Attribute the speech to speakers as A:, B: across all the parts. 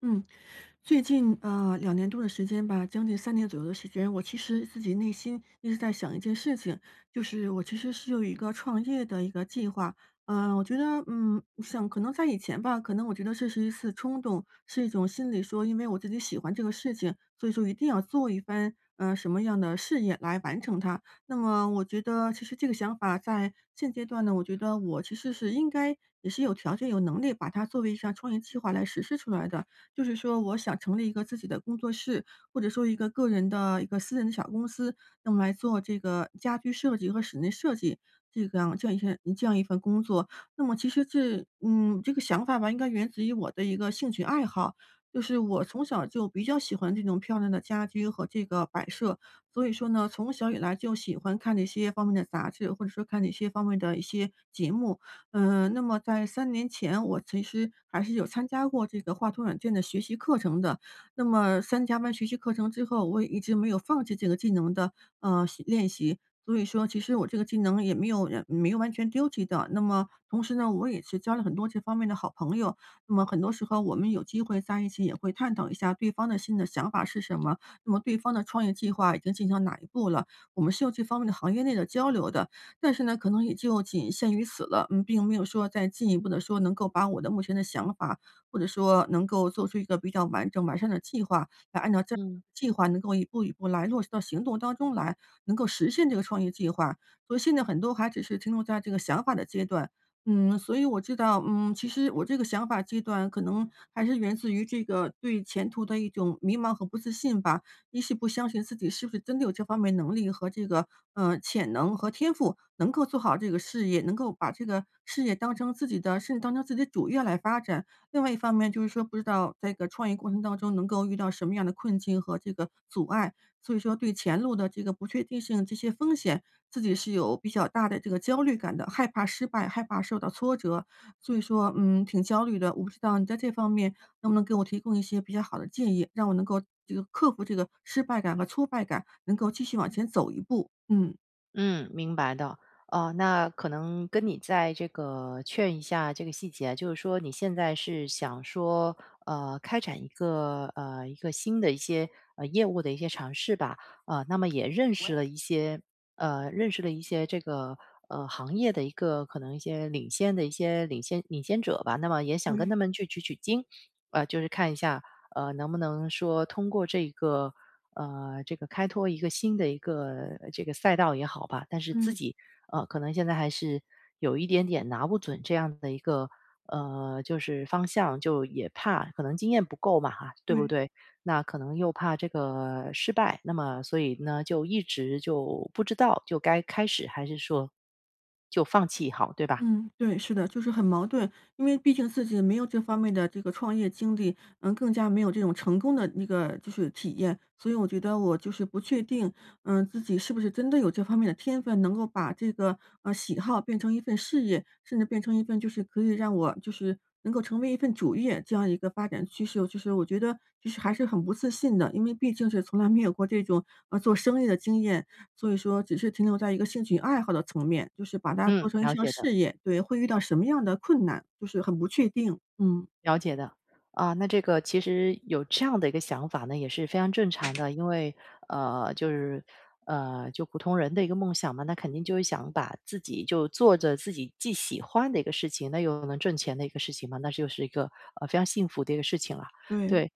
A: 嗯，最近两年多的时间吧，将近三年左右的时间，我其实自己内心一直在想一件事情，就是我其实是有一个创业的一个计划。嗯，我觉得，嗯，我想可能在以前吧，可能我觉得这是一次冲动，是一种心理说，因为我自己喜欢这个事情，所以说一定要做一番，什么样的事业来完成它。那么我觉得其实这个想法在现阶段呢，我觉得我其实是应该也是有条件、有能力把它作为一项创业计划来实施出来的。就是说我想成立一个自己的工作室，或者说一个个人的一个私人的小公司，那么来做这个家居设计和室内设计这个样这样一些这样一份工作。那么其实这嗯，这个想法吧，应该源自于我的一个兴趣爱好，就是我从小就比较喜欢这种漂亮的家居和这个摆设，所以说呢，从小以来就喜欢看这些方面的杂志，或者说看这些方面的一些节目。那么在三年前，我其实还是有参加过这个画图软件的学习课程的。那么参加完学习课程之后，我也一直没有放弃这个技能的，练习。所以说其实我这个技能也没有人没有完全丢弃的。那么同时呢，我也是交了很多这方面的好朋友，那么很多时候我们有机会在一起也会探讨一下对方的新的想法是什么，那么对方的创业计划已经进行到哪一步了，我们是有这方面的行业内的交流的。但是呢，可能也就仅限于此了，嗯，并没有说再进一步的说能够把我的目前的想法，或者说能够做出一个比较完整完善的计划，来按照这
B: 嗯
A: 计划能够一步一步来落实到行动当中来，能够实现这个创业计划。所以现在很多还只是停留在这个想法的阶段。嗯，所以我知道，嗯，其实我这个想法阶段可能还是源自于这个对前途的一种迷茫和不自信吧。一是不相信自己是不是真的有这方面能力和这个，潜能和天赋，能够做好这个事业，能够把这个事业当成自己的甚至当成自己的主业来发展。另外一方面就是说不知道在这个创业过程当中能够遇到什么样的困境和这个阻碍，所以说对前路的这个不确定性、这些风险，自己是有比较大的这个焦虑感的，害怕失败，害怕受到挫折，所以说，嗯，挺焦虑的。我不知道你在这方面能不能给我提供一些比较好的建议，让我能够这个克服这个失败感和挫败感，能够继续往前走一步？嗯。
B: 嗯，明白的。哦，那可能跟你在这个劝一下这个细节，就是说你现在是想说，开展一个一个新的一些业务的一些尝试吧。那么也认识了一些这个行业的一个可能一些领先的一些领先者吧，那么也想跟
A: 对，
B: 他们去取取经。就是看一下能不能说通过这个。这个开拓一个新的一个这个赛道也好吧，但是自
A: 嗯，
B: 己可能现在还是有一点点拿不准这样的一个就是方向，就也怕可能经验不够嘛，哈，对不
A: 对。
B: 对？那可能又怕这个失败，那么所以呢，就一直就不知道就该开始还是说就放弃好，对吧？
A: 嗯，对，是的，就是很矛盾，因为毕竟自己没有这方面的这个创业经历，嗯，更加没有这种成功的那个就是体验，所以我觉得我就是不确定，嗯，自己是不是真的有这方面的天分，能够把这个喜好变成一份事业，甚至变成一份就是可以让我就是能够成为一份主业这样一个发展趋势，就是我觉得就是还是很不自信的，因为毕竟是从来没有过这种做生意的经验，所以说只是停留在一个兴趣爱好的层面，就是把它做
B: 嗯，
A: 成一
B: 了
A: 项
B: 解的。
A: 事业，对，会遇到什么样的困难，就是很不确定。嗯，
B: 了解的。啊，那这个其实有这样的一个想法呢，也是非常正常的。因为就是就普通人的一个梦想嘛，那肯定就是想把自己就做着自己既喜欢的一个事情，那又能挣钱的一个事情嘛，那就是一个非常幸福的一个事情了。
A: 对。
B: 对。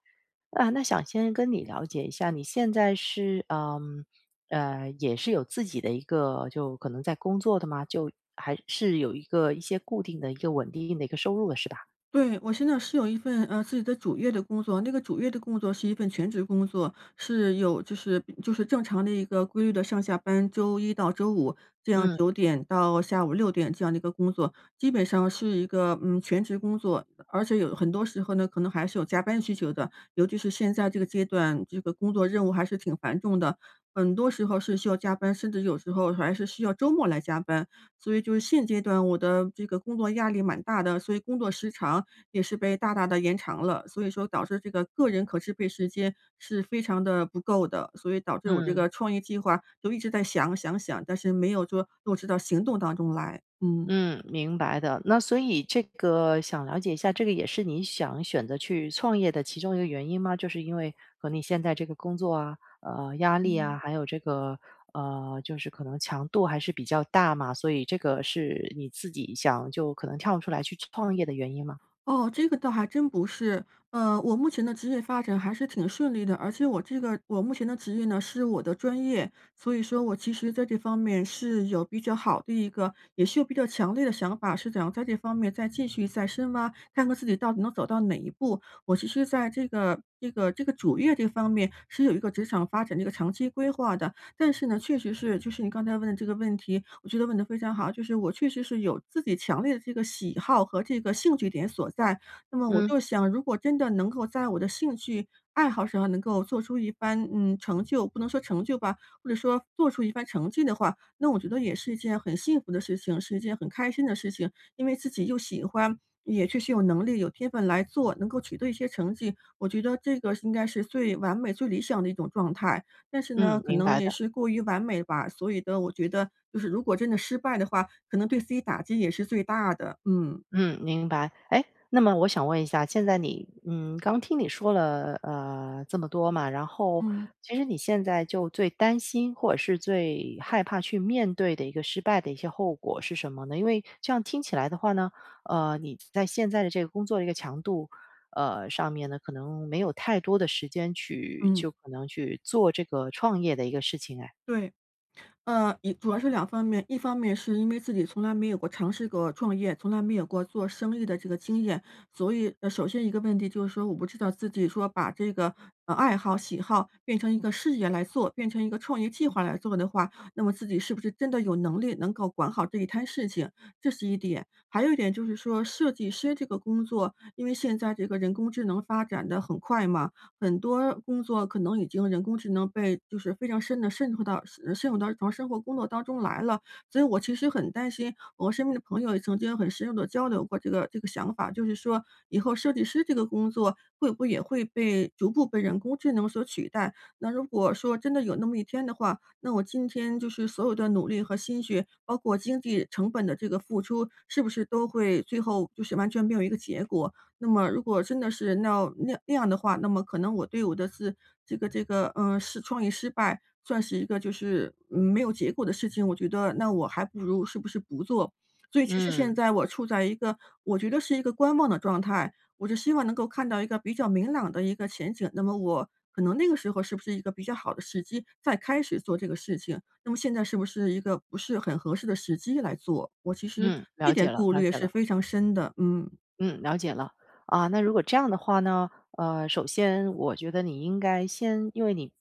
B: 啊，那想先跟你了解一下，你现在是嗯也是有自己的一个就可能在工作的吗？就还是有一个一些固定的一个稳定的一个收入的是吧？
A: 对，我现在是有一份，自己的主业的工作，那个主业的工作是一份全职工作，是有就是正常的一个规律的上下班，周一到周五这样
B: 嗯
A: 九点到下午六点这样的一个工作，基本上是一个嗯全职工作，而且有很多时候呢，可能还是有加班需求的，尤其是现在这个阶段，这个工作任务还是挺繁重的，很多时候是需要加班，甚至有时候还是需要周末来加班。所以就是现阶段我的这个工作压力蛮大的，所以工作时长也是被大大的延长了，所以说导致这个个人可支配时间是非常的不够的，所以导致我这
B: 嗯。
A: 个创业计划就一直在想，但是没有说落实到行动当中来，嗯。
B: 嗯，明白的。那所以这个想了解一下，这个也是你想选择去创业的其中一个原因吗？就是因为和你现在这个工作啊，呃，压力啊，还有这个就是可能强度还是比较大嘛，所以这个是你自己想就可能跳出来去创业的原因吗？
A: 哦，这个倒还真不是。我目前的职业发展还是挺顺利的，而且我这个我目前的职业呢是我的专业，所以说我其实在这方面是有比较好的一个，也是有比较强烈的想法，是想在这方面再继续再深挖，看看自己到底能走到哪一步。我其实在这个主业这方面是有一个职场发展的一个长期规划的，但是呢，确实是就是你刚才问的这个问题，我觉得问的非常好。就是我确实是有自己强烈的这个喜好和这个兴趣点所在，那么我
B: 嗯
A: 就想，如果真的能够在我的兴趣爱好上能够做出一番，嗯，成就不能说成就吧，或者说做出一番成绩的话，那我觉得也是一件很幸福的事情，是一件很开心的事情。因为自己又喜欢，也确实有能力、有天分来做，能够取得一些成绩，我觉得这个应该是最完美、最理想的一种状态。但是呢，
B: 嗯，
A: 可
B: 明
A: 能
B: 白
A: 也
B: 的。
A: 是过于完美吧，所以的我觉得就是如果真的失败的话，可能对自己打击也是最大的。嗯，
B: 嗯，明白。哎，那么我想问一下，现在你，嗯，刚听你说了，呃，这么多嘛，然后
A: 嗯。
B: 其实你现在就最担心或者是最害怕去面对的一个失败的一些后果是什么呢？因为这样听起来的话呢，你在现在的这个工作的一个强度，上面呢，可能没有太多的时间去，
A: 嗯，
B: 就可能去做这个创业的一个事情。哎，
A: 对。一主要是两方面，一方面是因为自己从来没有过尝试过创业，从来没有过做生意的这个经验，所以，首先一个问题就是说我不知道自己说把这个，爱好、喜好变成一个事业来做，变成一个创业计划来做的话，那么自己是不是真的有能力能够管好这一摊事情，这是一点。还有一点就是说设计师这个工作，因为现在这个人工智能发展的很快嘛，很多工作可能已经人工智能被就是非常深的渗透到渗入到日常生活工作当中来了。所以我其实很担心，我身边的朋友也曾经很深入的交流过这个想法，就是说以后设计师这个工作会不会也会被逐步被人工智能所取代？那如果说真的有那么一天的话，那我今天就是所有的努力和心血，包括经济成本的这个付出，是不是都会最后就是完全没有一个结果？那么如果真的是那样的话，那么可能我对我的是这个，嗯，是创业失败算是一个就是，嗯，没有结果的事情，我觉得那我还不如是不是不做。所以其实现
B: 嗯
A: 在我处在一个我觉得是一个观望的状态，我就希望能够看到一个比较明朗的一个前景，那么我可能那个时候是不是一个比较好的时机再开始做这个事情，那么现在是不是一个不是很合适的时机来做，我其实
B: 嗯，
A: 这
B: 了解
A: 点
B: 了，
A: 顾
B: 了
A: 虑
B: 解
A: 是
B: 了。
A: 非常深的，嗯。
B: 嗯，了解了。啊，那如果这样的话呢，呃，首先我觉得你应该先，因为你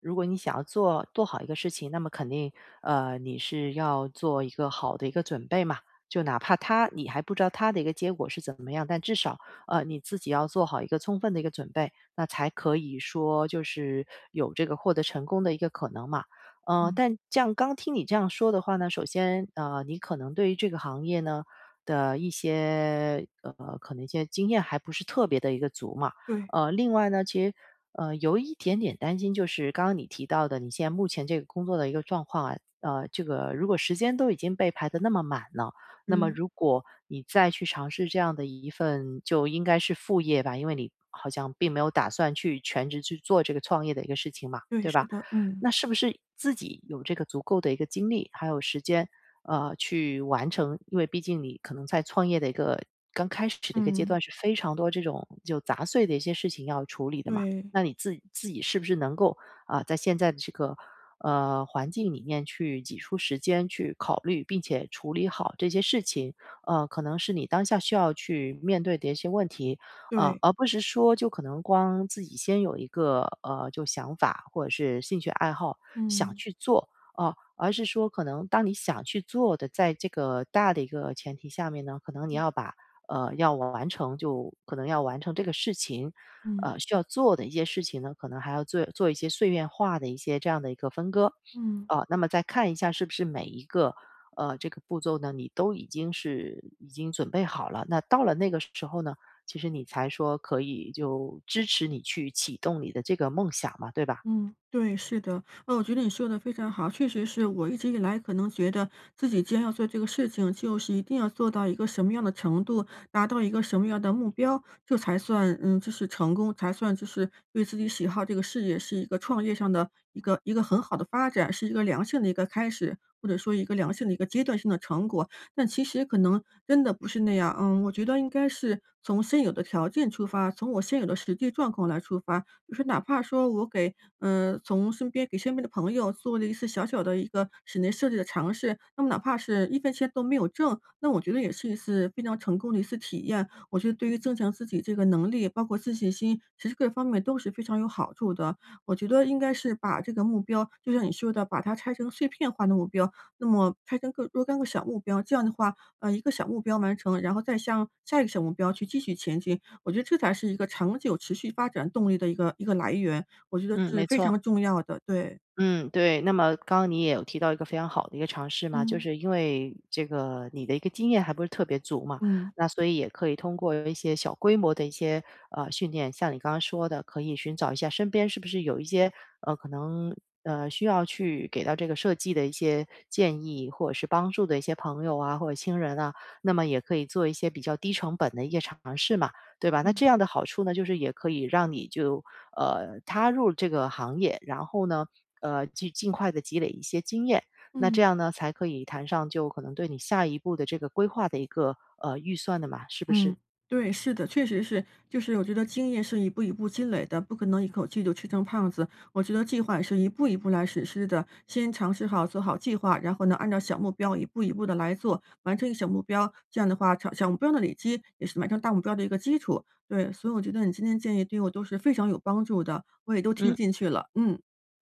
B: 如果你想要做好一个事情，那么肯定你是要做一个好的一个准备嘛。就哪怕他你还不知道他的一个结果是怎么样，但至少你自己要做好一个充分的一个准备，那才可以说就是有这个获得成功的一个可能嘛。呃，
A: 嗯，
B: 但这样刚听你这样说的话呢，首先你可能对于这个行业呢。的一些，呃，可能一些经验还不是特别的一个足嘛。
A: 对。
B: 呃，另外呢，其实，呃，有一点点担心，就是刚刚你提到的，你现在目前这个工作的一个状况啊，呃，这个如果时间都已经被排得那么满了，那么
A: 嗯，
B: 如果你再去尝试这样的一份就应该是副业吧，因为你好像并没有打算去全职去做这个创业的一个事情嘛，
A: 对，
B: 对
A: 是
B: 吧？
A: 的，嗯，
B: 那是不是自己有这个足够的一个精力，还有时间，去完成？因为毕竟你可能在创业的一个刚开始的一个阶
A: 嗯，
B: 段，是非常多这种就杂碎的一些事情要处理的嘛。
A: 对，
B: 那你自己是不是能够啊、在现在的这个环境里面去挤出时间去考虑，并且处理好这些事情？呃，可能是你当下需要去面对的一些问题，啊，
A: 对，
B: 而不是说就可能光自己先有一个，呃，就想法或者是兴趣爱好想
A: 嗯，
B: 去做，啊，而是说可能当你想去做的，在这个大的一个前提下面呢，可能你要把，呃，要完成就可能要完成这个事情，
A: 嗯，
B: 需要做的一些事情呢，可能还要做一些碎片化的一些这样的一个分割。
A: 嗯。
B: 啊，那么再看一下是不是每一个，这个步骤呢，你都已经已经准备好了，那到了那个时候呢，其实你才说可以就支持你去启动你的这个梦想嘛，对吧？
A: 嗯，对，是的，我觉得你说的非常好，确实是我一直以来可能觉得自己既然要做这个事情，就是一定要做到一个什么样的程度，达到一个什么样的目标，这才算嗯，就是成功，才算就是对自己喜好这个事业是一个创业上的一个很好的发展，是一个良性的一个开始，或者说一个良性的一个阶段性的成果。但其实可能真的不是那样，嗯，我觉得应该是从现有的条件出发，从我现有的实际状况来出发，就是哪怕说我给嗯，从身边给身边的朋友做了一次小小的一个室内设计的尝试，那么哪怕是一分钱都没有挣，那我觉得也是一次非常成功的一次体验。我觉得对于增强自己这个能力，包括自信心，其实各方面都是非常有好处的。我觉得应该是把这个目标，就像你说的，把它拆成碎片化的目标，那么拆成各若干个小目标，这样的话，一个小目标完成，然后再向下一个小目标去继续前进，我觉得这才是一个长久持续发展动力的一个来源，我觉得
B: 嗯，
A: 是
B: 没
A: 非
B: 错。
A: 常重要的，对。
B: 嗯，对。那么刚刚你也有提到一个非常好的一个尝试嘛，就
A: 嗯，
B: 是因为这个你的一个经验还不是特别足嘛，
A: 嗯，
B: 那所以也可以通过一些小规模的一些训练，像你刚刚说的，可以寻找一下身边是不是有一些呃可能呃需要去给到这个设计的一些建议或者是帮助的一些朋友啊或者亲人啊，那么也可以做一些比较低成本的一些尝试嘛。对吧？那
A: 嗯。
B: 这样的好处呢，就是也可以让你就踏入这个行业，然后呢，去尽快的积累一些经验。那这
A: 嗯，
B: 样呢，才可以谈上就可能对你下一步的这个规划的一个预算的嘛，是不是？
A: 嗯，对，是的，确实是，就是我觉得经验是一步一步积累的，不可能一口气就吃成胖子。我觉得计划也是一步一步来实施的，先尝试好做好计划，然后呢，按照小目标一步一步的来做，完成一个小目标，这样的话，小小目标的累积也是完成大目标的一个基础。对，所以我觉得你今天建议对我都是非常有帮助的，我也都听
B: 嗯，
A: 进去了，嗯，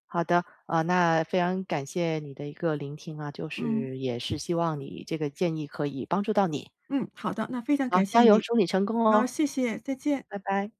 B: 好的。啊、那非常感谢你的一个聆听啊，就
A: 嗯。
B: 是也是希望你这个建议可以帮助到你。
A: 嗯，好的，那非常
B: 好，
A: 感谢
B: 加油，
A: 你，
B: 祝你成功
A: 然后
B: 哦，
A: 谢谢，再见。
B: 拜拜。